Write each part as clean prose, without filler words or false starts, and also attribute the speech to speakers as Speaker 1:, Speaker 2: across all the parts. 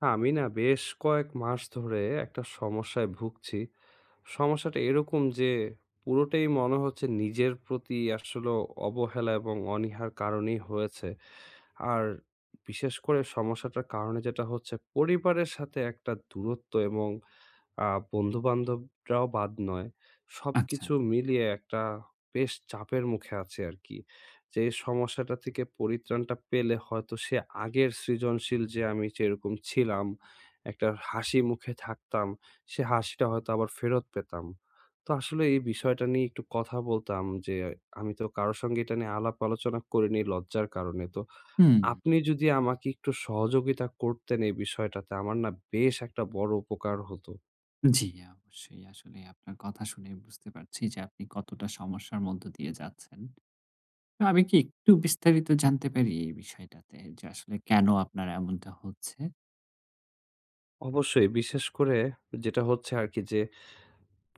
Speaker 1: হ্যাঁ, আমি না বেশ কয়েক মাস ধরে একটা সমস্যায় ভুগছি। সমস্যাটা এরকম যে পুরোটাই মনে হচ্ছে নিজের প্রতি আসলে অবহেলা এবং অনীহার কারণেই হয়েছে। আর বিশেষ করে সমস্যাটার কারণে যেটা হচ্ছে পরিবারের সাথে একটা দূরত্ব এবং আ বন্ধু-বান্ধবরাও বাদ নয়।
Speaker 2: আচ্ছা।
Speaker 1: সবকিছু মিলিয়ে একটা বেশ চাপের মুখে আছে আরকি। যে এই সমস্যাটা থেকে পরিত্রাণটা পেলে হয়তো সে আগের সৃজনশীল যে আমি যেরকম ছিলাম, একটা হাসি মুখে থাকতাম, সে হাসিটা হয়তো আবার ফেরত পেতাম। তো আসলে এই বিষয়টা নিয়ে একটু কথা বলতাম যে আমি তো কারো সঙ্গে এটা নিয়ে আলাপ আলোচনা করিনি লজ্জার কারণে। তো
Speaker 2: হুম,
Speaker 1: আপনি যদি আমাকে একটু সহযোগিতা করতেন এই বিষয়টাতে আমার না বেশ একটা বড় উপকার হতো।
Speaker 2: জি, অবশ্যই। আসলে আপনার কথা শুনে বুঝতে পারছি যে আপনি কতটা সমস্যার মধ্য দিয়ে যাচ্ছেন। তো আমি কি একটু বিস্তারিত জানতে পারি এই বিষয়টাতে যে আসলে কেন আপনার এমনটা হচ্ছে?
Speaker 1: অবশ্যই। বিশেষ করে যেটা হচ্ছে আরকি যে,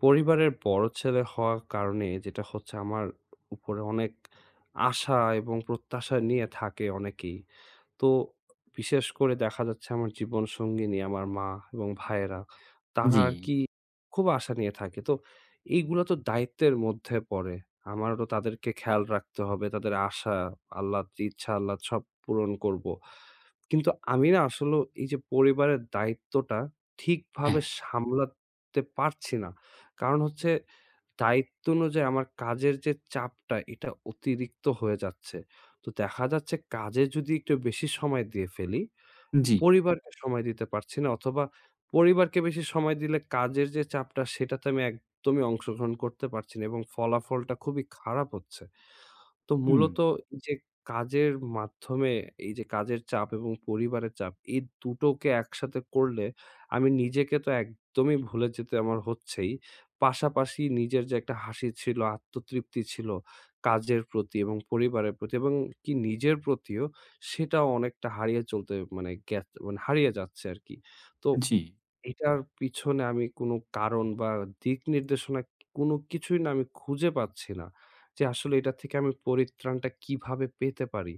Speaker 1: পরিবারের বড় ছেলে হওয়ার কারণে যেটা হচ্ছে আমার উপরে অনেক আশা এবং প্রত্যাশা নিয়ে থাকে অনেকেই। তো বিশেষ করে দেখা যাচ্ছে আমার জীবনসঙ্গিনী, আমার মা এবং ভাইয়েরা তারা
Speaker 2: জি,
Speaker 1: আরকি খুব আশা নিয়ে থাকে। তো এইগুলা তো দায়িত্বের মধ্যে পড়ে। আমারও তো তাদেরকে খেয়াল রাখতে হবে। তাদের আশা, আল্লাহর ইচ্ছা, আল্লাহ সব পূরণ করব। কিন্তু আমি না আসলেও এই যে পরিবারের দায়িত্বটা
Speaker 2: হ্যাঁ,
Speaker 1: ঠিকভাবে সামলাতে পারছি না। কারণ হচ্ছে দায়িত্ব অনুযায়ী আমার কাজের যে চাপটা এটা অতিরিক্ত হয়ে যাচ্ছে। তো দেখা যাচ্ছে কাজে যদি একটু বেশি সময় দিয়ে ফেলি,
Speaker 2: জি,
Speaker 1: পরিবারকে সময় দিতে পারছি না অথবা পরিবারকে বেশি সময় দিলে কাজের যে চাপটা সেটাতে আমি একদমই অংশগ্রহণ করতে পারছি না এবং ফলাফলটা খুবই খারাপ হচ্ছে। তো
Speaker 2: হুম,
Speaker 1: মূলত এই যে কাজের মাধ্যমে এই যে কাজের চাপ এবং পরিবারের চাপ, এই দুটোকে একসাথে করলে আমি নিজেকে তো একদমই ভুলে যেতে আমার হচ্ছেই। পাশাপাশি নিজের যে একটা হাসি ছিল, আত্মতৃপ্তি ছিল কাজের প্রতি এবং পরিবারের প্রতি এবং কি নিজের প্রতিও, সেটাও অনেকটা হারিয়ে চলতে মানে হারিয়ে যাচ্ছে আরকি। তো
Speaker 2: জি,
Speaker 1: এটার পিছনে আমি কোনো কারণ বা দিক নির্দেশনা কোনো কিছুই না আমি খুঁজে পাচ্ছি না। যে আসলে এটা থেকে আমি পরিত্রাণটা কিভাবে পেতে পারি?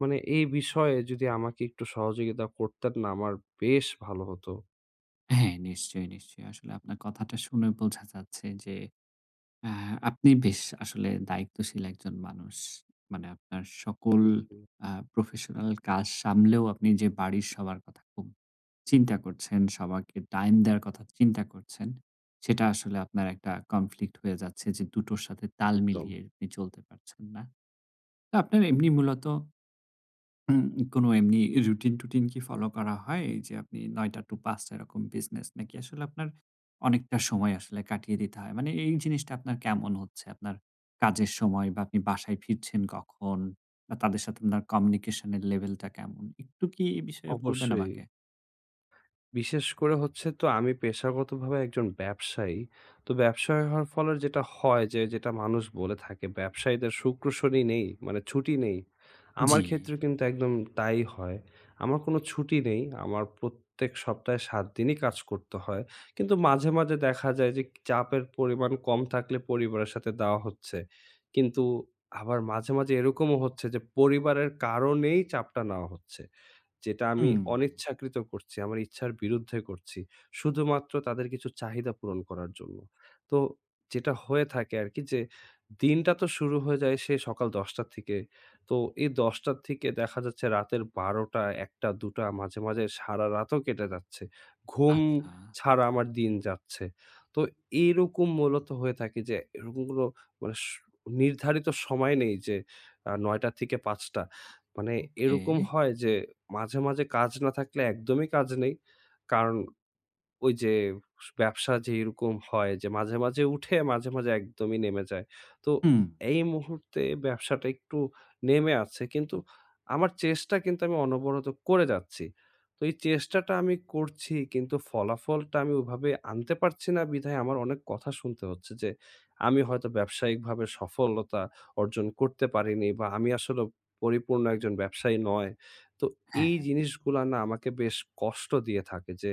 Speaker 1: মানে এই বিষয়ে যদি আমাকে একটু সহযোগিতা করতেন না আমার বেশ ভালো হতো।
Speaker 2: হ্যাঁ, নিশ্চয়ই, নিশ্চয়ই। আসলে আপনার কথাটা শুনে বোঝা যাচ্ছে যে আ আপনি বেশ আসলে দায়িত্বশীল একজন মানুষ। মানে আপনার সকল
Speaker 1: জি, জি,
Speaker 2: আ প্রফেশনাল কাজ সামলেও আপনি যে বাড়ির সবার কথা খুব চিন্তা করছেন, সবাইকে টাইম দেওয়ার কথা চিন্তা করছেন। সেটা আসলে আপনার একটা কনফ্লিক্ট হয়ে যাচ্ছে যে দুটোর সাথে তাল
Speaker 1: একদম।
Speaker 2: মিলিয়ে আপনি চলতে পারছেন না। তো আপনার এমনি মূলত উম কোনো এমনি রুটিন-টুটিন কি ফলো করা হয়? এই যে আপনি ৯ঃ০০ টু ৫ঃ০০ এরকম বিজনেস নাকি আসলে আপনার অনেকটা সময় আসলে কাটিয়ে দিতে হয়? মানে এই জিনিসটা আপনার কেমন হচ্ছে? আপনার কাজের সময় বা আপনি বাসায় ফিরছেন কখন? বা তাদের সাথে আপনার কমিউনিকেশন এর লেভেলটা কেমন? একটু কি এই বিষয়ে বলবেন
Speaker 1: অবশ্যই।
Speaker 2: আমাকে?
Speaker 1: বিশেষ করে হচ্ছে তো আমি পেশাগতভাবে একজন ব্যবসায়ী। তো ব্যবসায়ী হওয়ার ফলে যেটা হয় যে, যেটা মানুষ বলে থাকে, "ব্যবসায়ীদের শুক্র, শনি নেই, মানে ছুটি নেই।" আমার
Speaker 2: জি,
Speaker 1: ক্ষেত্রে কিন্তু একদম তাই হয়। আমার কোনো ছুটি নেই। আমার প্রত্যেক সপ্তাহে ৭ দিনই কাজ করতে হয়। কিন্তু মাঝে, মাঝে দেখা যায় যে চাপের পরিমাণ কম থাকলে পরিবারের সাথে দেওয়া হচ্ছে। কিন্তু আবার মাঝে, মাঝে এরকমও হচ্ছে যে পরিবারের কারণেই চাপটা নেওয়া হচ্ছে। যেটা আমি
Speaker 2: হুম।
Speaker 1: অনিচ্ছাকৃত করছি, আমার ইচ্ছার বিরুদ্ধে করছি। শুধুমাত্র তাদের কিছু চাহিদা পূরণ করার জন্য। তো যেটা হয়ে থাকে আরকি যে, দিনটা তো শুরু হয়ে যায় সেই সকাল ১০টা র থেকে। তো এই ১০টা র থেকে দেখা যাচ্ছে রাতের ১২টা, ১টা, ২টা মাঝে, মাঝে সারা রাতও কেটে যাচ্ছে। ঘুম
Speaker 2: আচ্ছা,
Speaker 1: ছাড়া আমার দিন যাচ্ছে। তো এইরকম মূলত হয়ে থাকে যে, এরকম কোনো মানে নির্ধারিত সময় নেই যে, ৯টা থেকে ৫টা। মানে
Speaker 2: ওকে।
Speaker 1: এরকম হয় যে মাঝে, মাঝে কাজ না থাকলে একদমই কাজ নেই। কারণ ওই যে ব্যবসা যে এরকম হয় যে মাঝে, মাঝে উঠে মাঝে, মাঝে একদমই নেমে যায়। তো
Speaker 2: হুম।
Speaker 1: এই মুহূর্তে ব্যবসাটা একটু নেমে আছে। কিন্তু আমার চেষ্টা কিন্তু আমি অনবরত করে যাচ্ছি। তো এই চেষ্টাটা আমি করছি কিন্তু ফলাফলটা আমি ওভাবে আনতে পারছি না বিধায় আমার অনেক কথা শুনতে হচ্ছে যে আমি হয়তো ব্যবসায়িকভাবে সফলতা অর্জন করতে পারিনি বা আমি আসলে পরিপূর্ণ একজন ব্যবসায়ী নয়। তো এই
Speaker 2: হ্যাঁ,
Speaker 1: জিনিসগুলা না আমাকে বেশ কষ্ট দিয়ে থাকে যে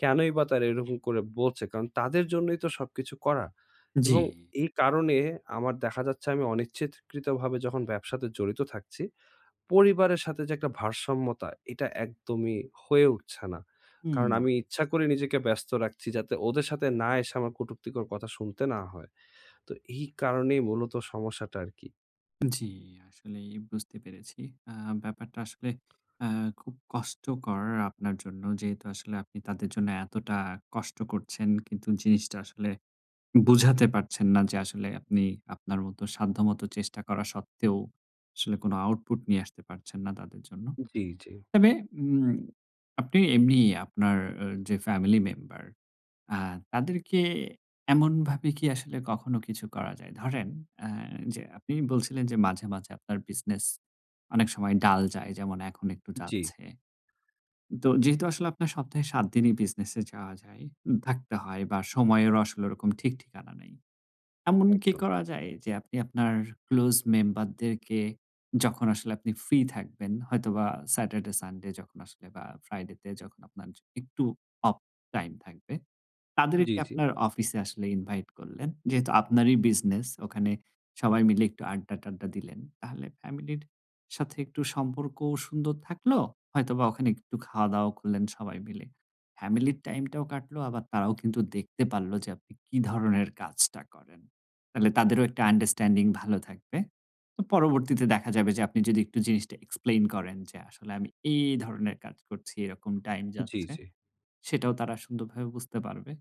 Speaker 1: কেনই বা তারা এরকম করে বলছে? কারণ তাদের জন্যই তো সবকিছু করা।
Speaker 2: জি।
Speaker 1: এবং এই কারণে আমার দেখা যাচ্ছে আমি অনিচ্ছিতকৃতভাবে যখন ব্যবসাতে জড়িত থাকছি, পরিবারের সাথে যে একটা ভারসাম্যতা এটা একদমই হয়ে উঠছে না। কারণ
Speaker 2: হুম।
Speaker 1: আমি ইচ্ছা করে নিজেকে ব্যস্ত রাখছি যাতে ওদের সাথে না এসে আমার কটুক্তিকর কথা শুনতে না হয়। তো এই কারণেই মূলত সমস্যাটা আরকি।
Speaker 2: জি, আসলেই বুঝতে পেরেছি। আ ব্যাপারটা আসলে আ খুব কষ্টকর আপনার জন্য। যেহেতু আসলে আপনি তাদের জন্য এতটা কষ্ট করছেন, কিন্তু জিনিসটা আসলে বুঝাতে পারছেন না যে আসলে আপনি আপনার মতো সাধ্যমত চেষ্টা করা সত্ত্বেও আসলে কোনো আউটপুট নিয়ে আসতে পারছেন না তাদের জন্য।
Speaker 1: জি, জি,
Speaker 2: তবে উম আপনি এমনি আপনার যে ফ্যামিলি মেম্বার আ তাদেরকে এমনভাবে কি আসলে কখনো কিছু করা যায়? ধরেন আ যে আপনি বলছিলেন যে মাঝে, মাঝে আপনার বিজনেস অনেক সময় ডাল যায় যেমন এখন একটু
Speaker 1: জি,
Speaker 2: যাচ্ছে। তো যেহেতু আসলে আপনার সপ্তাহে ৭ দিনই বিজনেসে যাওয়া যায়, থাকতে হয় বা সময়েরও আসলে ওরকম ঠিক ঠিকানা নেই। এমন কি
Speaker 1: একদম।
Speaker 2: করা যায় যে আপনি আপনার ক্লোজ মেম্বারদেরকে যখন আসলে আপনি ফ্রি থাকবেন হয়তোবা স্যাটারডে, সানডে যখন আসলে বা ফ্রাইডে তে যখন আপনার একটু অফ টাইম থাকবে
Speaker 1: জি,
Speaker 2: তাদেরকে
Speaker 1: জি,
Speaker 2: আপনার অফিসে আসলে ইনভাইট করলেন। যেহেতু আপনারই বিজনেস ওখানে সবাই মিলে একটু আড্ডা-টাড্ডা দিলেন। তাহলে ফ্যামিলির সাথে একটু সম্পর্কও সুন্দর থাকলো। হয়তোবা ওখানে একটু খাওয়া-দাওয়া করলেন সবাই মিলে। ফ্যামিলির টাইমটাও কাটলো আবার তারাও কিন্তু দেখতে পারল যে আপনি কি ধরনের কাজটা করেন। তাহলে তাদেরও একটা আন্ডারস্ট্যান্ডিং ভালো থাকবে। তো পরবর্তীতে দেখা যাবে যে আপনি যদি একটু জিনিসটা এক্সপ্লেইন করেন যে আসলে আমি এই ধরনের কাজ করছি, এরকম টাইম
Speaker 1: জি,
Speaker 2: যাচ্ছে।
Speaker 1: জি।
Speaker 2: সেটাও তারা সুন্দরভাবে বুঝতে পারবে।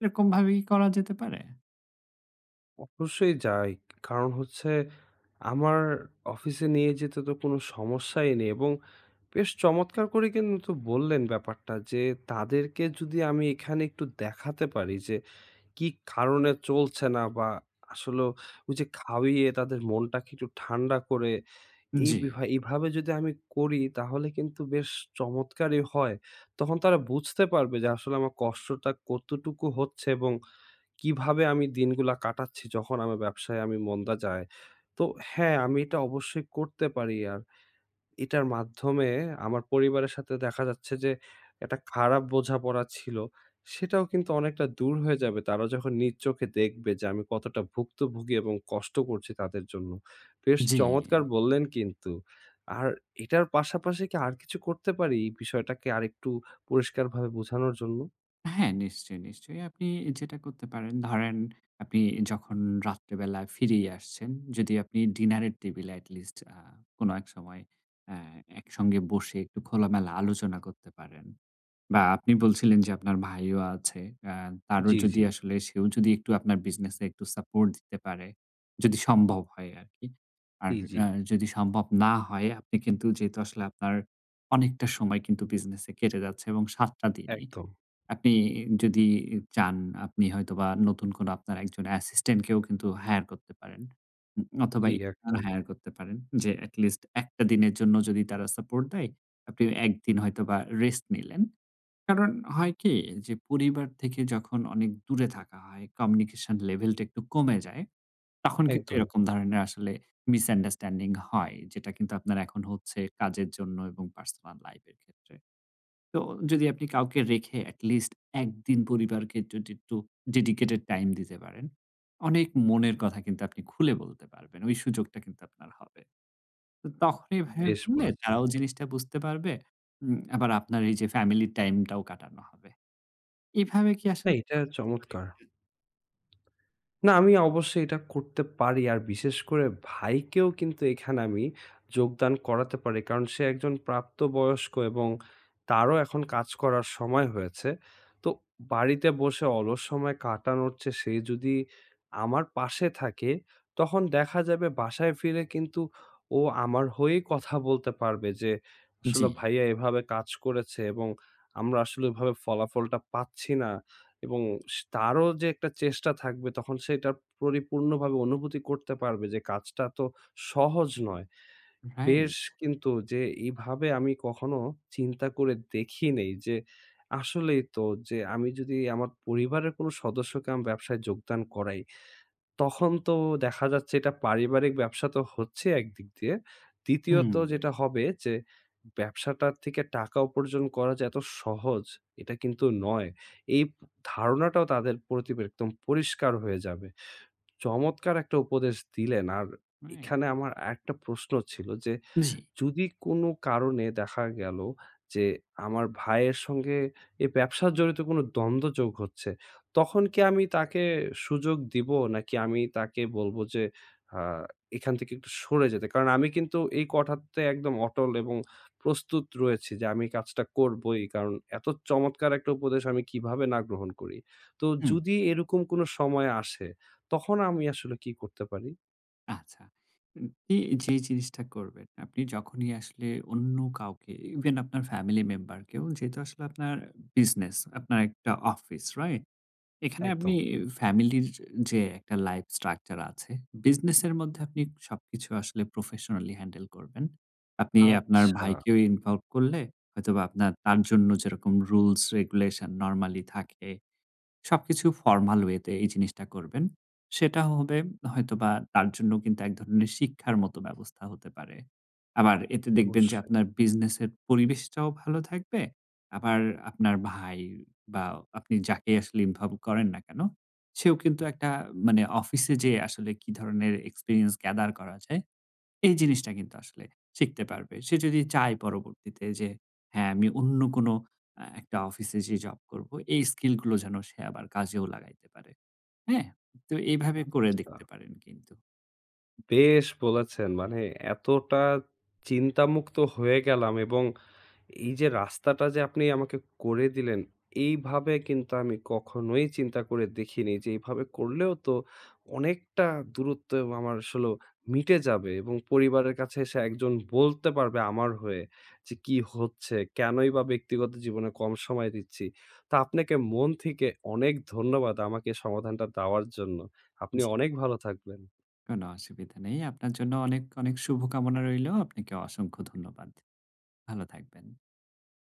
Speaker 2: এরকমভাবে কি করা যেতে পারে?
Speaker 1: অবশ্যই যাই। কারণ হচ্ছে আমার অফিসে নিয়ে যেতে তো কোনো সমস্যাই নেই এবং বেশ চমৎকার করে কিন্তু বললেন ব্যাপারটা যে, তাদেরকে যদি আমি এখানে একটু দেখাতে পারি যে, কি কারণে চলছে না বা আসলেও ওই যে খাইয়ে তাদের মনটাকে একটু ঠান্ডা করে এই
Speaker 2: জি,
Speaker 1: এভাবে যদি আমি করি তাহলে কিন্তু বেশ চমৎকারই হয়। তখন তারা বুঝতে পারবে যে আসলে আমার কষ্টটা কতটুকু হচ্ছে এবং কিভাবে আমি দিনগুলা কাটাচ্ছি যখন আমার ব্যবসায় আমি মন্দা যায়। তো হ্যাঁ, আমি এটা অবশ্যই করতে পারি। আর এটার মাধ্যমে আমার পরিবারের সাথে দেখা যাচ্ছে যে একটা খারাপ বোঝাপড়া ছিল, সেটাও কিন্তু অনেকটা দূর হয়ে যাবে। তারা যখন নিজ চোখে দেখবে যে আমি কতটা ভুক্তভোগী এবং কষ্ট করছি তাদের জন্য। বেশ
Speaker 2: জি।
Speaker 1: চমৎকার বললেন কিন্তু। আর এটার পাশাপাশি কি আর কিছু করতে পারি এই বিষয়টাকে আরেকটু পরিষ্কারভাবে বোঝানোর জন্য?
Speaker 2: হ্যাঁ, নিশ্চয়ই, নিশ্চয়ই। আপনি যেটা করতে পারেন, ধরেন আপনি যখন রাত্রেবেলা ফিরেই আসছেন, যদি আপনি ডিনারের টেবিলে at least কোনো এক সময় অ্যা একসঙ্গে বসে একটু খোলামেলা আলোচনা করতে পারেন। বা আপনি বলছিলেন যে আপনার ভাইও আছে। আ তারও
Speaker 1: জি,
Speaker 2: যদি
Speaker 1: জি।
Speaker 2: আসলে সেও যদি একটু আপনার বিজনেসে একটু সাপোর্ট দিতে পারে, যদি সম্ভব হয় আরকি। আর
Speaker 1: জি, জি।
Speaker 2: আ যদি সম্ভব না হয় আপনি কিন্তু যেহেতু আসলে আপনার অনেকটা সময় কিন্তু বিজনেসে কেটে যাচ্ছে এবং ৭ টা দিনই।
Speaker 1: একদম।
Speaker 2: আপনি যদি চান আপনি হয়তোবা নতুন কোনো আপনার একজন অ্যাসিস্ট্যান্ট কেও কিন্তু হায়ার করতে পারেন। অথবা
Speaker 1: জি,
Speaker 2: ইন্টার্ন
Speaker 1: একদম।
Speaker 2: হায়ার করতে পারেন। যে এটলিস্ট একটা দিনের জন্য যদি তারা সাপোর্ট দেয়, আপনি একদিন হয়তোবা রেস্ট নিলেন। কারণ হয় কি যে পরিবার থেকে যখন অনেক দূরে থাকা হয়, কমিউনিকেশন লেভেলটা একটু কমে যায়। তখন কিন্তু
Speaker 1: একদম।
Speaker 2: এরকম ধরনের আসলে মিসআন্ডারস্ট্যান্ডিং হয়। যেটা কিন্তু আপনার এখন হচ্ছে কাজের জন্য এবং পার্সোনাল লাইফ এর ক্ষেত্রে। তো যদি আপনি কাউকে রেখে এটলিস্ট একদিন পরিবারকে যদি একটু ডেডিকেটেড টাইম দিতে পারেন, অনেক মনের কথা কিন্তু আপনি খুলে বলতে পারবেন। ওই সুযোগটা কিন্তু আপনার হবে। তো তখন এভাবে
Speaker 1: বেশ
Speaker 2: বললে
Speaker 1: বলেছেন।
Speaker 2: তারাও জিনিসটা বুঝতে পারবে। আবার আপনার এই যে ফ্যামিলি টাইমটাও কাটানো হবে। এভাবে কি
Speaker 1: না
Speaker 2: আসলে
Speaker 1: এটা চমৎকার। না, আমি অবশ্যই এটা করতে পারি। আর বিশেষ করে ভাইকেও কিন্তু এখানে আমি যোগদান করাতে পারি। কারণ সে একজন প্রাপ্তবয়স্ক এবং তারও এখন কাজ করার সময় হয়েছে। তো বাড়িতে বসে অলস সময় কাটানোর চেয়ে সে যদি আমার পাশে থাকে, তখন দেখা যাবে বাসায় ফিরে কিন্তু ও আমার হয়েই কথা বলতে পারবে যে, "আসলে
Speaker 2: জি,
Speaker 1: ভাইয়া এভাবে কাজ করেছে এবং আমরা আসলে ওইভাবে ফলাফলটা পাচ্ছি না।" এবং তারও যে একটা চেষ্টা থাকবে তখন সেটা পরিপূর্ণভাবে অনুভূতি করতে পারবে যে কাজটা তো সহজ নয়। বেশ
Speaker 2: রাইট।
Speaker 1: কিন্তু যে এভাবে আমি কখনো চিন্তা করে দেখি নেই যে আসলেই তো যে আমি যদি আমার পরিবারের কোনো সদস্যকে আমি ব্যবসায় যোগদান করাই তখন তো দেখা যাচ্ছে এটা পারিবারিক ব্যবসা তো হচ্ছে একদিক দিয়ে। দ্বিতীয়ত
Speaker 2: হুম,
Speaker 1: যেটা হবে যে, ব্যবসাটার থেকে টাকা উপার্জন করা যে এত সহজ, এটা কিন্তু নয়। এই ধারণাটাও তাদের প্রতি একদম পরিষ্কার হয়ে যাবে। চমৎকার একটা উপদেশ দিলেন। আর
Speaker 2: রাইট।
Speaker 1: এখানে আমার আরেকটা প্রশ্ন ছিল যে
Speaker 2: জি,
Speaker 1: যদি কোনো কারণে দেখা গেল যে আমার ভাইয়ের সঙ্গে এই ব্যবসার জড়িত কোনো দ্বন্দ্ব যোগ হচ্ছে, তখন কি আমি তাকে সুযোগ দিব? নাকি আমি তাকে বলবো যে আ এখান থেকে একটু সরে যেতে? কারণ আমি কিন্তু এই কথাতে একদম অটল এবং প্রস্তুত রয়েছি যে আমি কাজটা করবই। কারণ এত চমৎকার একটা উপদেশ আমি কিভাবে না গ্রহণ করি। তো
Speaker 2: হুম,
Speaker 1: যদি এরকম কোনো সময় আসে, তখন আমি আসলে কি করতে পারি?
Speaker 2: আচ্ছা। উম এ যে জিনিসটা করবেন, আপনি যখনই আসলে অন্য কাউকে ইভেন আপনার ফ্যামিলি মেম্বার কেও যেহেতু আসলে আপনার বিজনেস, আপনার একটা অফিস, রাইট? এখানে আপনি
Speaker 1: একদম।
Speaker 2: ফ্যামিলির যে একটা লাইফ স্ট্রাকচার আছে, বিজনেস এর মধ্যে আপনি সবকিছু আসলে প্রফেশনালি হ্যান্ডেল করবেন। আপনি আপনার
Speaker 1: আচ্ছা,
Speaker 2: ভাইকেও ইনভলভ করলে হয়তোবা আপনার তার জন্য যেরকম রুলস রেগুলেশন নরমালি থাকে সবকিছু ফর্মাল ওয়েতে এই জিনিসটা করবেন। সেটা হবে হয়তোবা তার জন্য কিন্তু এক ধরনের শিক্ষার মতো ব্যবস্থা হতে পারে। আবার এতে দেখবেন যে
Speaker 1: অবশ্যই।
Speaker 2: আপনার বিজনেসের পরিবেশটাও ভালো থাকবে। আবার আপনার ভাই বা আপনি যাকে আসলে ইনভলভ করেন না কেন, সেও কিন্তু একটা মানে অফিসে যেয়ে আসলে কি ধরনের এক্সপেরিয়েন্স গ্যাদার করা যায় এই জিনিসটা কিন্তু আসলে শিখতে পারবে। সে যদি চায় পরবর্তীতে যে হ্যাঁ, আমি অন্য কোনো একটা অফিসে যেয়ে জব করব। এই স্কিল গুলো যেন সে আবার কাজেও লাগাইতে পারে। হ্যাঁ? তো এইভাবে করে
Speaker 1: আচ্ছা।
Speaker 2: দেখতে পারেন কিন্তু।
Speaker 1: বেশ বলেছেন। মানে এতটা চিন্তামুক্ত হয়ে গেলাম এবং এই যে রাস্তাটা যে আপনি আমাকে করে দিলেন, এইভাবে কিন্তু আমি কখনোই চিন্তা করে দেখিনি যে এইভাবে করলেও তো অনেকটা দূরত্ব আমার আসলে মিটে যাবে এবং পরিবারের কাছে এসে একজন বলতে পারবে আমার হয়ে যে কি হচ্ছে, কেনই বা ব্যক্তিগত জীবনে কম সময় দিচ্ছি। তো আপনাকে মন থেকে অনেক ধন্যবাদ আমাকে সমাধানটা দেওয়ার জন্য। আপনি
Speaker 2: জি,
Speaker 1: অনেক ভালো থাকবেন।
Speaker 2: কোনো অসুবিধা নেই। আপনার জন্য অনেক, অনেক শুভকামনা রইলো। আপনাকে অসংখ্য ধন্যবাদ। ভালো থাকবেন।